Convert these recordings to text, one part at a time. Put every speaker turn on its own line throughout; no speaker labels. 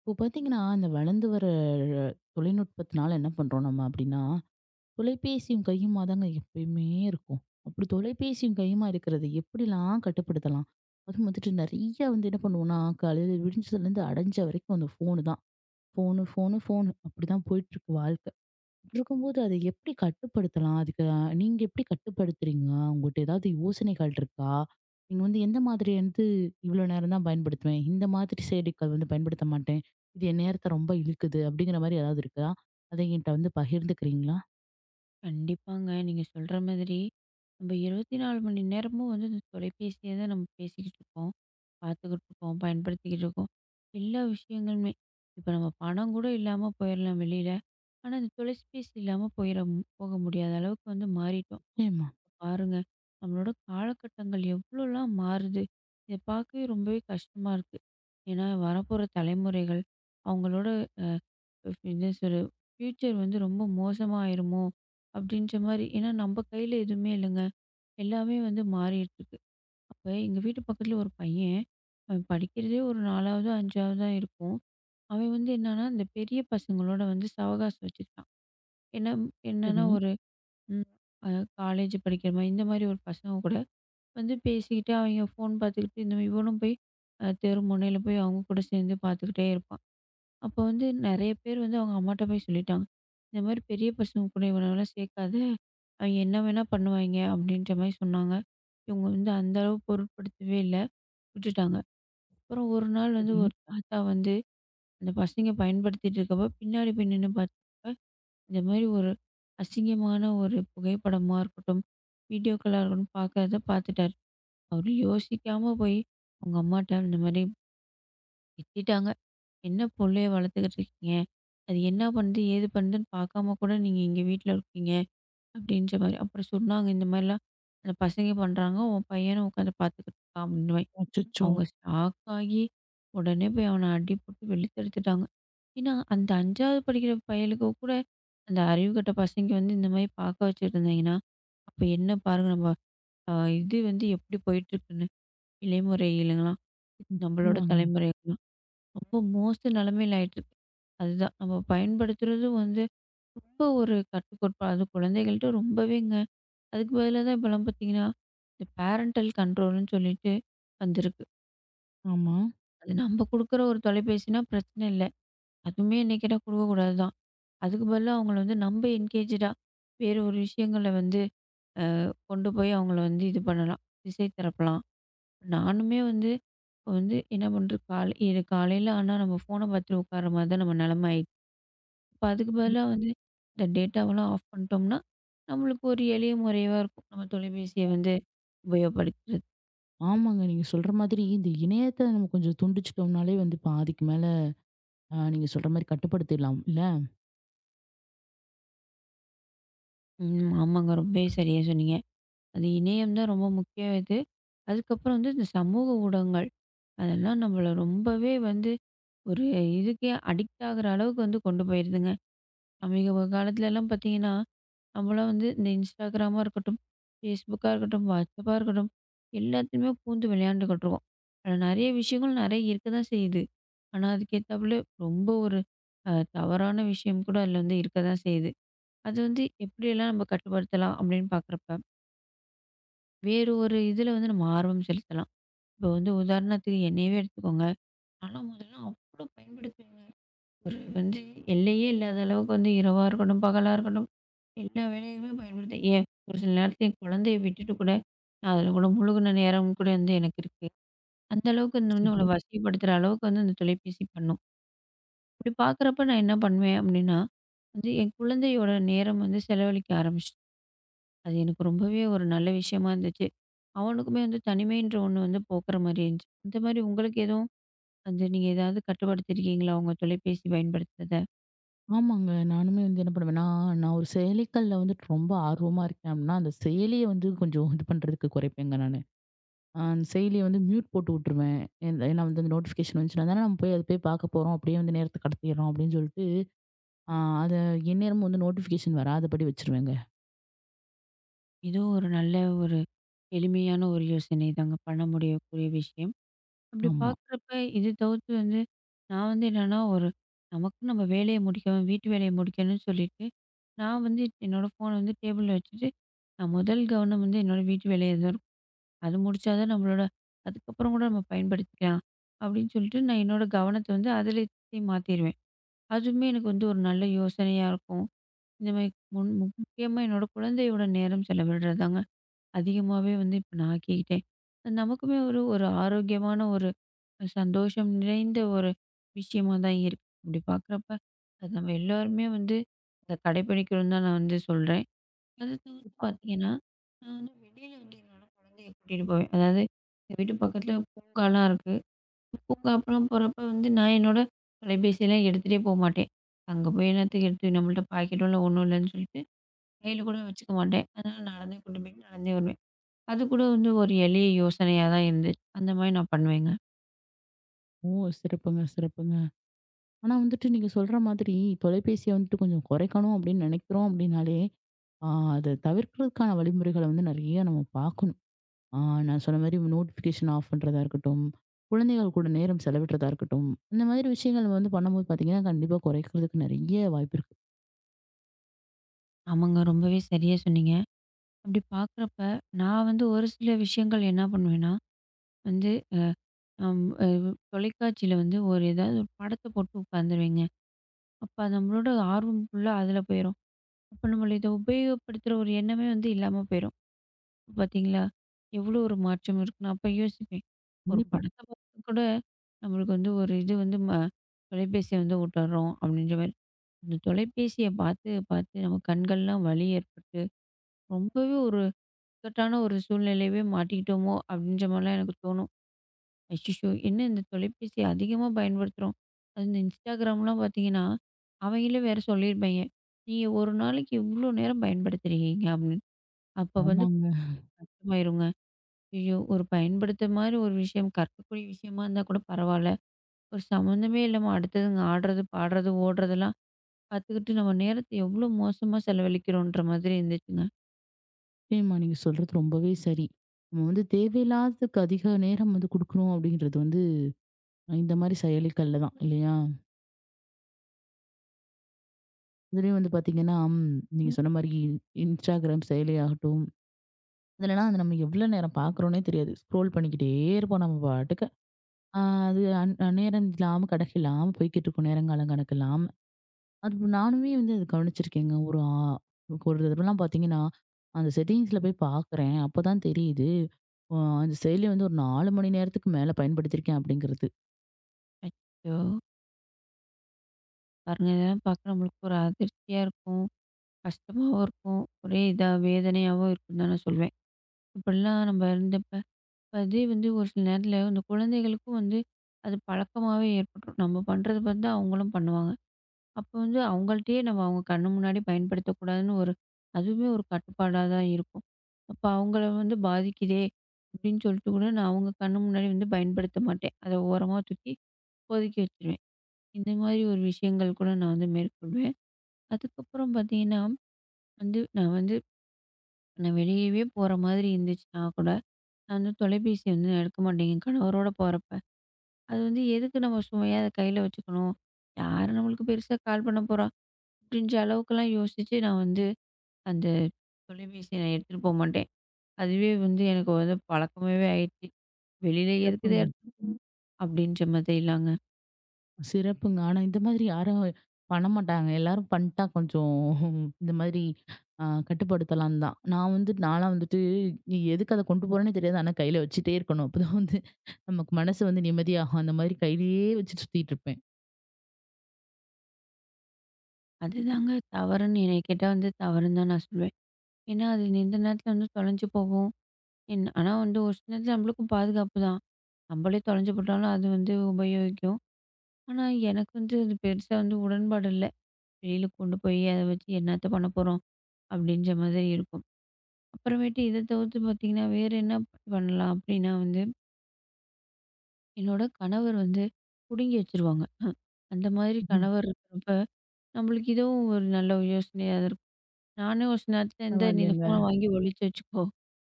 இப்போ பார்த்தீங்கன்னா, இந்த வளர்ந்து வர தொழில்நுட்பத்தினால என்ன பண்றோம் நம்ம அப்படின்னா, தொலைபேசியும் கையுமா தாங்க எப்பயுமே இருக்கும். அப்படி தொலைபேசியும் கையுமா இருக்கிறது எப்படிலாம் கட்டுப்படுத்தலாம்? அதுவும் வந்துட்டு நெறைய வந்து என்ன பண்ணுவோம்னா, காலையில விடிஞ்சதுலேருந்து அடைஞ்ச வரைக்கும் அந்த ஃபோனு தான். ஃபோனு, ஃபோனு, ஃபோனு அப்படிதான் போயிட்டுருக்கு வாழ்க்க. இருக்கும்போது அத எப்படி கட்டுப்படுத்தலாம்? அதுக்கு நீங்க எப்படி கட்டுப்படுத்துறீங்க? உங்கள்ட்ட ஏதாவது யோசனைகள் இருக்கா? நீங்க வந்து எந்த மாதிரி வந்து இவ்ளோ நேரம் தான் பயன்படுத்துவேன். இந்த மாதிரி செயலிகள் வந்து பயன்படுத்த மாட்டேன். இது என் நேரத்த ரொம்ப இழுக்குது அப்படிங்கிற மாரி ஏதாவது இருக்கா? அத என்கிட்ட வந்து பகிர்ந்துக்கிறீங்களா?
கண்டிப்பாங்க. நீங்க சொல்ற மாதிரி, நம்ம 24 மணி நேரமும் வந்து இந்த தொலைபேசிய தான் நம்ம பேசிக்கிட்டு இருக்கோம், பார்த்துக்கிட்டு இருக்கோம், பயன்படுத்திக்கிட்டு இருக்கோம். எல்லா விஷயங்களுமே. இப்ப நம்ம பணம் கூட இல்லாம போயிரலாம் வெளியில. ஆனா, இந்த தொலைபேசி இல்லாம போயிர போக முடியாத அளவுக்கு வந்து மாறிட்டோம்.
நிச்சயமா.
பாருங்க, நம்மளோட காலகட்டங்கள் எவ்வளோலாம் மாறுது. இத பார்க்கவே ரொம்பவே கஷ்டமா இருக்கு. ஏன்னா, வரப்போற தலைமுறைகள், அவங்களோட என்ன சொல்ல ஃபியூச்சர் வந்து ரொம்ப மோசமா ஆயிருமோ! அப்பிடின்ற மாரி. ஏன்னா, நம்ம கையில எதுவுமே இல்லங்க. எல்லாமே வந்து மாறிட்டு இருக்கு. அப்ப எங்க வீட்டு பக்கத்தில ஒரு பையன், அவன் படிக்கிறதே ஒரு 4வதோ, 5வதோ தான் இருக்கும். அவன் வந்து என்னன்னா, இந்த பெரிய பசங்களோட வந்து சவகாசம் வச்சுக்கிட்டான். என்ன என்னன்னா
சரி,
ஒரு ம் அ காலேஜ் படிக்கிற மாரி, இந்த மாரி ஒரு பசங்க கூட வந்து பேசிக்கிட்டு, அவைங்க ஃபோன் பார்த்துக்கிட்டு, இந்த மாதிரி இவனும் போய் தெரு முனையில போய் அவுங்க கூட சேர்ந்து பார்த்துக்கிட்டே இருப்பான். அப்ப வந்து நெறைய பேர் வந்து அவங்க அம்மாட்ட போய் சொல்லிட்டாங்க. இந்த மாரி பெரிய பசங்க கூட இவனலாம் சேர்க்காத. அவைங்க என்ன வேணா பண்ணுவாய்ங்க அப்படின்ற மாரி சொன்னாங்க. இவங்க வந்து அந்த அளவு பொருட்படுத்தவே இல்ல. விட்டுட்டாங்க. அப்புறம் ஒரு நாள் வந்து
சரி.
ஒரு தாத்தா வந்து அந்த பசங்க பயன்படுத்திட்டு இருக்கப்ப பின்னாடி போய் நின்னு பார்த்தப்ப, இந்த மாரி ஒரு அசிங்கமான ஒரு புகைப்படமா இருக்கட்டும், வீடியோக்களா இருக்கட்டும் பார்க்கறத பார்த்துட்டாரு. அவரு யோசிக்காம போய் அவங்க அம்மாட்ட இந்த மாரி திட்டிட்டாங்க. "என்ன புள்ளைய வளர்த்துக்கிட்டு இருக்கீங்க? அது என்ன பண்ணுது, ஏது பண்ணுதுன்னு பார்க்காம கூட நீங்க இங்க வீட்ல இருக்கீங்க." அப்படின்ற மாரி. அப்புறம் சொன்னாங்க, "இந்த மாரிலாம் அந்த பசங்க பண்றாங்க. உன் பையனும் உட்காந்து பார்த்துக்கிட்டு இருக்கான்." அப்படின்ற மாரி.
அச்சச்சோ!
அவங்க ஷாக் ஆகி உடனே போய் அவன அடி போட்டு வெளுத்தெடுத்துட்டாங்க. ஏன்னா, அந்த 5வது படிக்கிற பயலுக்கு கூட அந்த அறிவு கெட்ட பசங்க வந்து இந்த மாரி பார்க்க வச்சுட்டு இருந்தாங்கன்னா, அப்ப என்ன பாருங்க நம்ம அ இது வந்து எப்படி போயிட்டுருக்குன்னு. இளைமுறையிலலாம் நம்மளோட
ஆமாங்க.
தலைமுறைலாம். ரொம்ப மோச நிலைமையில ஆயிட்டுருக்கு. அதுதான் நம்ம பயன்படுத்துறது வந்து ரொம்ப ஒரு கட்டுக்கோப்பா அது குழந்தைகள்ட்ட ரொம்பவேங்க. அதுக்கு பதிலா தான் இப்பலாம் பார்த்தீங்கன்னா, இந்த பேரன்டல் கண்ட்ரோல்ன்னு சொல்லிட்டு வந்திருக்கு.
ஆமா.
அது நம்ம குடுக்குற ஒரு தொலைபேசினா பிரச்சனை இல்ல. அதுவுமே என்ன கேட்டா குடுக்கக்கூடாது தான். அதுக்கு பதிலா அவங்கள வந்து நம்ம என்கேஜ்டா வேற ஒரு விஷயங்கள வந்து கொண்டு போய் அவங்கள வந்து இது பண்ணலாம். திசை திருப்பலாம். நானுமே வந்து இப்ப வந்து என்ன பண்றது காலை இது காலையில ஆனா நம்ம ஃபோன பார்த்துட்டு உட்கார்ற மாரி தான் நம்ம நிலைமை ஆயிடுச்சு. அப்ப அதுக்கு பதிலா வந்து இந்த டேட்டாவெல்லாம் ஆஃப் பண்ணிட்டோம்னா, நம்மளுக்கு ஒரு எளிய முறையா இருக்கும். நம்ம தொலைபேசிய வந்து உபயோகப்படுத்துறது.
ஆமாங்க. நீங்க சொல்ற மாதிரி இந்த இணையத்த நம்ம கொஞ்சம் துண்டிச்சிட்டோம்னாலே வந்து பாதிக்கு மேல நீங்க சொல்ற மாரி கட்டுப்படுத்திடலாம் இல்ல?
ம். ஆமாங்க. ரொம்பவே சரியா சொன்னீங்க. அது இணையம் தான் ரொம்ப முக்கியம் இது. அதுக்கப்புறம் வந்து இந்த சமூக ஊடகங்கள். அதெல்லாம் நம்மள ரொம்பவே வந்து ஒரு இதுக்கே அடிக்ட் ஆகுற அளவுக்கு வந்து கொண்டு போயிருதுங்க. சமீப காலத்துலலாம் பார்த்தீங்கன்னா, நம்மளாம் வந்து இந்த இன்ஸ்டாகிராமா இருக்கட்டும், ஃபேஸ்புக்கா இருக்கட்டும், வாட்ஸ்அப்பா இருக்கட்டும், எல்லாத்துலயுமே பூந்து விளையாண்டுக்கிட்டு இருக்கோம். அதில நெறைய விஷயங்கள் நெறைய இருக்க தான் செய்யுது. ஆனா, அதுக்கேத்தாப்புல ரொம்ப ஒரு தவறான விஷயம் கூட அதில வந்து இருக்க தான் செய்யுது. அது வந்து எப்படியெல்லாம் நம்ம கட்டுப்படுத்தலாம் அப்படின்னு பார்க்குறப்ப, வேறு ஒரு இதில வந்து நம்ம ஆர்வம் செலுத்தலாம். இப்போ வந்து உதாரணத்துக்கு என்னையவே எடுத்துக்கோங்க. நான்லாம் முதல்ல அவ்வளோ பயன்படுத்துவேங்க. ஒரு வந்து எல்லையே இல்லாத அளவுக்கு வந்து இரவா இருக்கட்டும், பகலா இருக்கட்டும், எல்லா வேலையுமே பயன்படுது. ஏன் ஒரு சில நேரத்துல என் குழந்தைய விட்டுட்டு கூட, நான் அதுல கூட முழுகுன நேரம் கூட வந்து எனக்கு இருக்கு. அந்த அளவுக்கு இந்த வந்து
சரி.
நம்மள வசதிப்படுத்துற அளவுக்கு வந்து அந்த தொலைபேசி பண்ணும். அப்படி பார்க்குறப்ப நான் என்ன பண்ணுவேன் அப்படின்னா, வந்து என் குழந்தையோட நேரம் வந்து செலவழிக்க ஆரம்பிச்சுட்டேன். அது எனக்கு ரொம்பவே ஒரு நல்ல விஷயமா இருந்துச்சு. அவனுக்குமே வந்து தனிமைன்ற ஒண்ணு வந்து போக்குற மாரி இருந்துச்சு. இந்த மாரி உங்களுக்கு எதுவும் வந்து நீங்க ஏதாவது கட்டுப்படுத்திருக்கீங்களா உங்க தொலைபேசி பயன்படுத்துறத?
ஆமாங்க. நானுமே வந்து என்ன பண்ணுவேன்னா, நான் ஒரு செயலிகள்ல வந்துட்டு ரொம்ப ஆர்வமா இருக்கேன் அப்படின்னா, அந்த செயலிய வந்து கொஞ்சம் இது பண்றதுக்கு குறைப்பேங்க நானு. அந்த செயலிய வந்து மியூட் போட்டு விட்டுருவேன். ஏன் ஏன்னா வந்து அந்த நோட்டிஃபிகேஷன் வந்துச்சுன்னா தானே நம்ம போய் அத போய் பார்க்க போறோம். அப்படியே வந்து நேரத்த கடத்திடுறோம் அப்படின்னு சொல்லிட்டு, அ அத எந்நேரமும் வந்து நோட்டிஃபிகேஷன் வராதபடி வச்சுருவேங்க.
ஏதோ ஒரு நல்ல ஒரு எளிமையான ஒரு யோசனை தாங்க. பண்ண முடியக்கூடிய விஷயம். அப்படி
ஆமா.
பார்க்குறப்ப இது தவிர்த்து வந்து நான் வந்து என்னன்னா, ஒரு நமக்கு நம்ம வேலைய முடிக்கணும், வீட்டு வேலைய முடிக்கணும்னு சொல்லிட்டு, நான் வந்து என்னோட ஃபோன வந்து டேபிள்ல வச்சுட்டு, நான் முதல் கவனம் வந்து என்னோட வீட்டு வேலையா தான் இருக்கும். அது முடிச்சா தான் நம்மளோட அதுக்கப்புறம் கூட நம்ம பயன்படுத்திக்கலாம். அப்படின்னு சொல்லிட்டு நான் என்னோட கவனத்த வந்து அதில மாத்திருவேன். அதுவுமே எனக்கு வந்து ஒரு நல்ல யோசனையா இருக்கும். இந்த மாரி முன் முக்கியமா என்னோட குழந்தையோட நேரம் செலவிடுறது தாங்க. அதிகமாவே வந்து இப்ப நான் ஆக்கிக்கிட்டேன். அது நமக்குமே ஒரு ஒரு ஆரோக்கியமான ஒரு சந்தோஷம் நிறைந்த ஒரு விஷயமா தான் இருக்கு. அப்படி பார்க்குறப்ப, அது நம்ம எல்லோருமே வந்து அத கடைப்பிடிக்கணும்னு தான் நான் வந்து சொல்றேன். அது தவிர்த்து பார்த்தீங்கன்னா, நான் வந்து வெளியில வந்து என்னோட குழந்தைய கூட்டிட்டு போவேன். அதாவது எங்க வீட்டு பக்கத்துல பூங்காலாம் இருக்கு. பூங்கா அப்பலாம் போறப்ப வந்து நான் என்னோட தொலைபேசியெல்லாம் எடுத்துட்டே போமாட்டேன். அங்க போய் என்னத்துக்கு எடுத்து நம்மள்ட்ட பாக்கெட்டும் இல்ல, ஒண்ணும் இல்லன்னு சொல்லிட்டு கையில கூட வச்சுக்க மாட்டேன். அதனால நடந்தே கூட்டிட்டு போயிட்டு நடந்தே வருவேன். அது கூட வந்து ஒரு எளிய யோசனையா தான் இருந்துச்சு. அந்த மாரி நான் பண்ணுவேங்க.
ஓ! சிறப்புங்க, சிறப்புங்க. ஆனா வந்துட்டு நீங்க சொல்ற மாதிரி தொலைபேசிய வந்துட்டு கொஞ்சம் குறைக்கணும் அப்படின்னு நினைக்கிறோம் அப்படின்னாலே, அ அத தவிர்க்கிறதுக்கான வழிமுறைகள வந்து நெறைய நம்ம பார்க்கணும். ஆ நான் சொன்ன மாரி நோட்டிஃபிகேஷன் ஆஃப் பண்றதா இருக்கட்டும், குழந்தைகள் கூட நேரம் செலவிடுறதா இருக்கட்டும், இந்த மாதிரி விஷயங்கள் வந்து பண்ணும்போது பார்த்தீங்கன்னா, கண்டிப்பா குறைக்கிறதுக்கு நெறைய வாய்ப்பு இருக்கு.
ஆமாங்க. ரொம்பவே சரியா சொன்னீங்க. அப்படி பார்க்குறப்ப, நான் வந்து ஒரு சில விஷயங்கள் என்ன பண்ணுவேன்னா, வந்து அ அம் அ தொலைக்காட்சியில வந்து ஒரு ஏதாவது ஒரு படத்த போட்டு உட்காந்துருவேங்க. அப்ப நம்மளோட ஆர்வம் ஃபுல்லா அதில போயிரும். அப்ப நம்மள இத உபயோகப்படுத்துற ஒரு எண்ணமே வந்து இல்லாம போயிரும். பார்த்தீங்களா? எவ்வளோ ஒரு மாற்றம் இருக்குன்னு அப்ப யோசிப்பேன். ஒரு
கண்டிப்பா.
படத்த பார்த்து கூட நம்மளுக்கு வந்து ஒரு இது வந்து தொலைபேசிய வந்து விட்டுர்றோம் அப்படின்ற மாரி. அந்த தொலைபேசிய பார்த்து, பார்த்து நம்ம கண்கள்லாம் வலி ஏற்பட்டு, ரொம்பவே ஒரு இக்கட்டான ஒரு சூழ்நிலையவே மாட்டிக்கிட்டோமோ! அப்டின்ற மாரிலாம் எனக்கு தோணும். அச்சச்சோ! என்ன இந்த தொலைபேசிய அதிகமா பயன்படுத்துறோம். அது இந்த இன்ஸ்டாகிராம்லாம் பார்த்தீங்கன்னா, அவங்களே வேற சொல்லியிருப்பாய்ங்க. நீங்க ஒரு நாளைக்கு இவ்ளோ நேரம் பயன்படுத்துறீங்க அப்டின்னு. அப்ப வந்து
ஆமாங்க.
கஷ்டமாயிருங்க. ஐயோ! ஒரு பயன்படுத்த மாரி ஒரு விஷயம், கற்கக்கூடிய விஷயமா இருந்தா கூட பரவால்ல. ஒரு சம்மந்தமே இல்லாம அடுத்ததுங்க ஆடுறது, பாடுறது, ஓடுறதெல்லாம் பாத்துக்கிட்டு நம்ம நேரத்த எவ்வளோ மோசமா செலவழிக்கிறோன்ற மாதிரி இருந்துச்சுங்க.
நிச்சயமா நீங்க சொல்றது ரொம்பவே சரி. நம்ம வந்து தேவையில்லாததுக்கு அதிக நேரம் வந்து குடுக்குறோம் அப்படின்றது வந்து இந்த மாதிரி செயலிகள்ல தான் இல்லையா? இதுலயும் வந்து பார்த்தீங்கன்னா, நீங்க சொன்ன மாரி Instagram செயலியாகட்டும், இதுலலாம் அது நம்ம எவ்வளோ நேரம் பார்க்குறோன்னே தெரியாது. ஸ்க்ரோல் பண்ணிக்கிட்டே இருப்போம் நம்ம பாட்டுக்கு. ஆ அது அந் நேரம் இல்லாம கிடைக்கலாம். போய்க்கிட்டு இருக்கும் நேரங்காலம் கணக்கில்லாம். அது நானுமே வந்து அது கவனிச்சிருக்கேங்க. ஒரு தடவலாம் பார்த்தீங்கன்னா, அந்த செட்டிங்ஸ்ல போய் பார்க்குறேன். அப்பதான் தெரியுது. அ அந்த செயலி வந்து ஒரு 4 மணி நேரத்துக்கு மேல பயன்படுத்தியிருக்கேன் அப்படிங்கிறது.
அச்சோ! பாருங்க இதெல்லாம் பார்க்க நம்மளுக்கு ஒரு அதிர்ச்சியா இருக்கும். கஷ்டமாவும் இருக்கும். ஒரே இதா வேதனையாவும் இருக்குன்னு தான் நான் சொல்வேன். இப்படிலாம் நம்ம இருந்தப்ப, இப்ப அதே வந்து ஒரு சில நேரத்துல இந்த குழந்தைகளுக்கும் வந்து அது பழக்கமாவே ஏற்பட்டுரும். நம்ம பண்றது பார்த்து தான் அவங்களும் பண்ணுவாங்க. அப்ப வந்து அவங்கள்ட்டயே நம்ம அவங்க கண்ணு முன்னாடி பயன்படுத்தக்கூடாதுன்னு ஒரு அதுவுமே ஒரு கட்டுப்பாடா தான் இருக்கும். அப்ப அவங்கள வந்து பாதிக்குதே! அப்படின்னு சொல்லிட்டு கூட நான் அவங்க கண்ணு முன்னாடி வந்து பயன்படுத்த மாட்டேன். அத ஓரமா தூக்கி ஒதுக்கி வச்சுருவேன். இந்த மாதிரி ஒரு விஷயங்கள் கூட நான் வந்து மேற்கொள்வேன். அதுக்கப்புறம் பார்த்தீங்கன்னா, வந்து நான் வெளியவே போற மாதிரி இருந்துச்சுன்னா கூட, நான் வந்து தொலைபேசிய வந்து நான் எடுக்க மாட்டேன், என் கணவரோட போறப்ப. அது வந்து எதுக்கு நம்ம சுமையா அத கையில வச்சுக்கணும்? யாரு நம்மளுக்கு பெருசா கால் பண்ண போறா? அப்படின்ற அளவுக்கெல்லாம் யோசிச்சு நான் வந்து அந்த தொலைபேசிய நான் எடுத்துட்டு போமாட்டேன். அதுவே வந்து எனக்கு வந்து பழக்கமாவே ஆயிடுச்சு. வெளியில எதுக்குத
சிறப்புங்க.
எடுத்துட்டு போணும்? அப்படின்ற மாதிரிலாங்க.
சிறப்புங்க. ஆனா இந்த மாதிரி யாரும் பண்ண மாட்டாங்க. எல்லாரும் பண்ணிட்டா கொஞ்சம் இந்த மாதிரி கட்டுப்படுத்தலாம் தான். நான் வந்து நான்லாம் வந்துட்டு நீ எதுக்கு அத கொண்டு போறேன்னே தெரியாது. ஆனா கையில வச்சுட்டே இருக்கணும். அப்பதான் வந்து நமக்கு மனசு வந்து நிம்மதியாகும். அந்த மாதிரி கையிலேயே வச்சுட்டு சுத்திட்டு இருப்பேன்.
அதுதாங்க தவறுன்னு என்னைய கேட்டா வந்து தவறுன்னு தான் நான் சொல்வேன். ஏன்னா, அது எந்த நேரத்துல வந்து தொலைஞ்சு போகும். என் ஆனா வந்து ஒரு சில நேரத்துல நம்மளுக்கும் பாதுகாப்பு தான். நம்மளே தொலைஞ்சு போட்டாலும் அது வந்து உபயோகிக்கும். ஆனா, எனக்கு வந்து அது பெருசா வந்து உடன்பாடு இல்ல. வெளியில கொண்டு போய் அத வச்சு என்னத்த பண்ண போறோம்? அப்படின்ற மாதிரி இருக்கும். அப்புறமேட்டு இத தவிர்த்து பார்த்தீங்கன்னா, வேற என்ன பண்ணலாம்? அப்படின்னா வந்து என்னோட கணவர் வந்து புடுங்கி வச்சுருவாங்க. அந்த மாதிரி
ம்.
கணவர் இருக்கிறப்ப, நம்மளுக்கு இதுவும் ஒரு நல்ல யோசனையா தான் இருக்கும். நானே ஒரு சில நேரத்தில "இந்தா நீ இந்த
பரவாயில்லையேங்க.
ஃபோன வாங்கி ஒழிச்சு வச்சுக்கோ"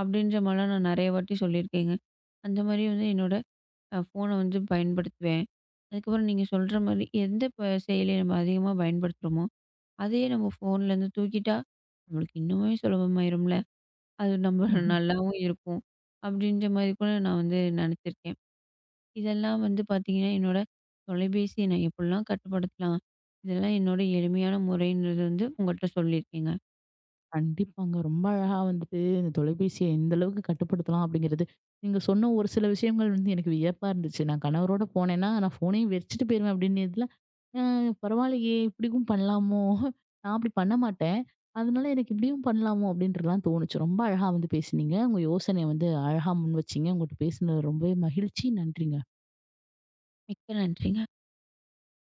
அப்படின்ற மாரிலாம் நான் நெறைய வாட்டி சொல்லியிருக்கேங்க. அந்த மாரி வந்து என்னோட ஃபோன வந்து பயன்படுத்துவேன். அதுக்கப்புறம் நீங்க சொல்ற மாரி எந்த ப செயலிய நம்ம அதிகமா பயன்படுத்துறோமோ, அதையே நம்ம ஃபோன்லேருந்து தூக்கிட்டா, நம்மளுக்கு இன்னுமே சுலபமாயிரும்ல. அது நம்ம நல்லாவும் இருக்கும். அப்படின்ற மாரி கூட நான் வந்து நெனச்சிருக்கேன். இதெல்லாம் வந்து பார்த்தீங்கன்னா, என்னோட தொலைபேசிய நான் எப்படிலாம் கட்டுப்படுத்தலாம்? இதெல்லாம் என்னோட எளிமையான முறைன்றது வந்து உங்கள்ட்ட சொல்லியிருக்கேங்க.
கண்டிப்பாங்க. ரொம்ப அழகா வந்துட்டு இந்த தொலைபேசிய எந்த அளவுக்கு கட்டுப்படுத்தலாம் அப்படிங்கிறது. நீங்க சொன்ன ஒரு சில விஷயங்கள் வந்து எனக்கு வியப்பா இருந்துச்சு. நான் கணவரோட போனேன்னா நான் ஃபோனையும் வச்சுட்டு போயிருவேன் அப்படின்னு ம். பரவாயில்லையே! இப்படியும் பண்ணலாமோ? நான் அப்படி பண்ண மாட்டேன். அதனால எனக்கு இப்படியும் பண்ணலாமோ அப்படின்றலாம் தோணுச்சு. ரொம்ப அழகா வந்து பேசுனீங்க. உங்க யோசனைய வந்து அழகா முன்வச்சீங்க. உங்ககிட்ட பேசினது ரொம்பவே மகிழ்ச்சி. நன்றிங்க.
மிக்க நன்றிங்க.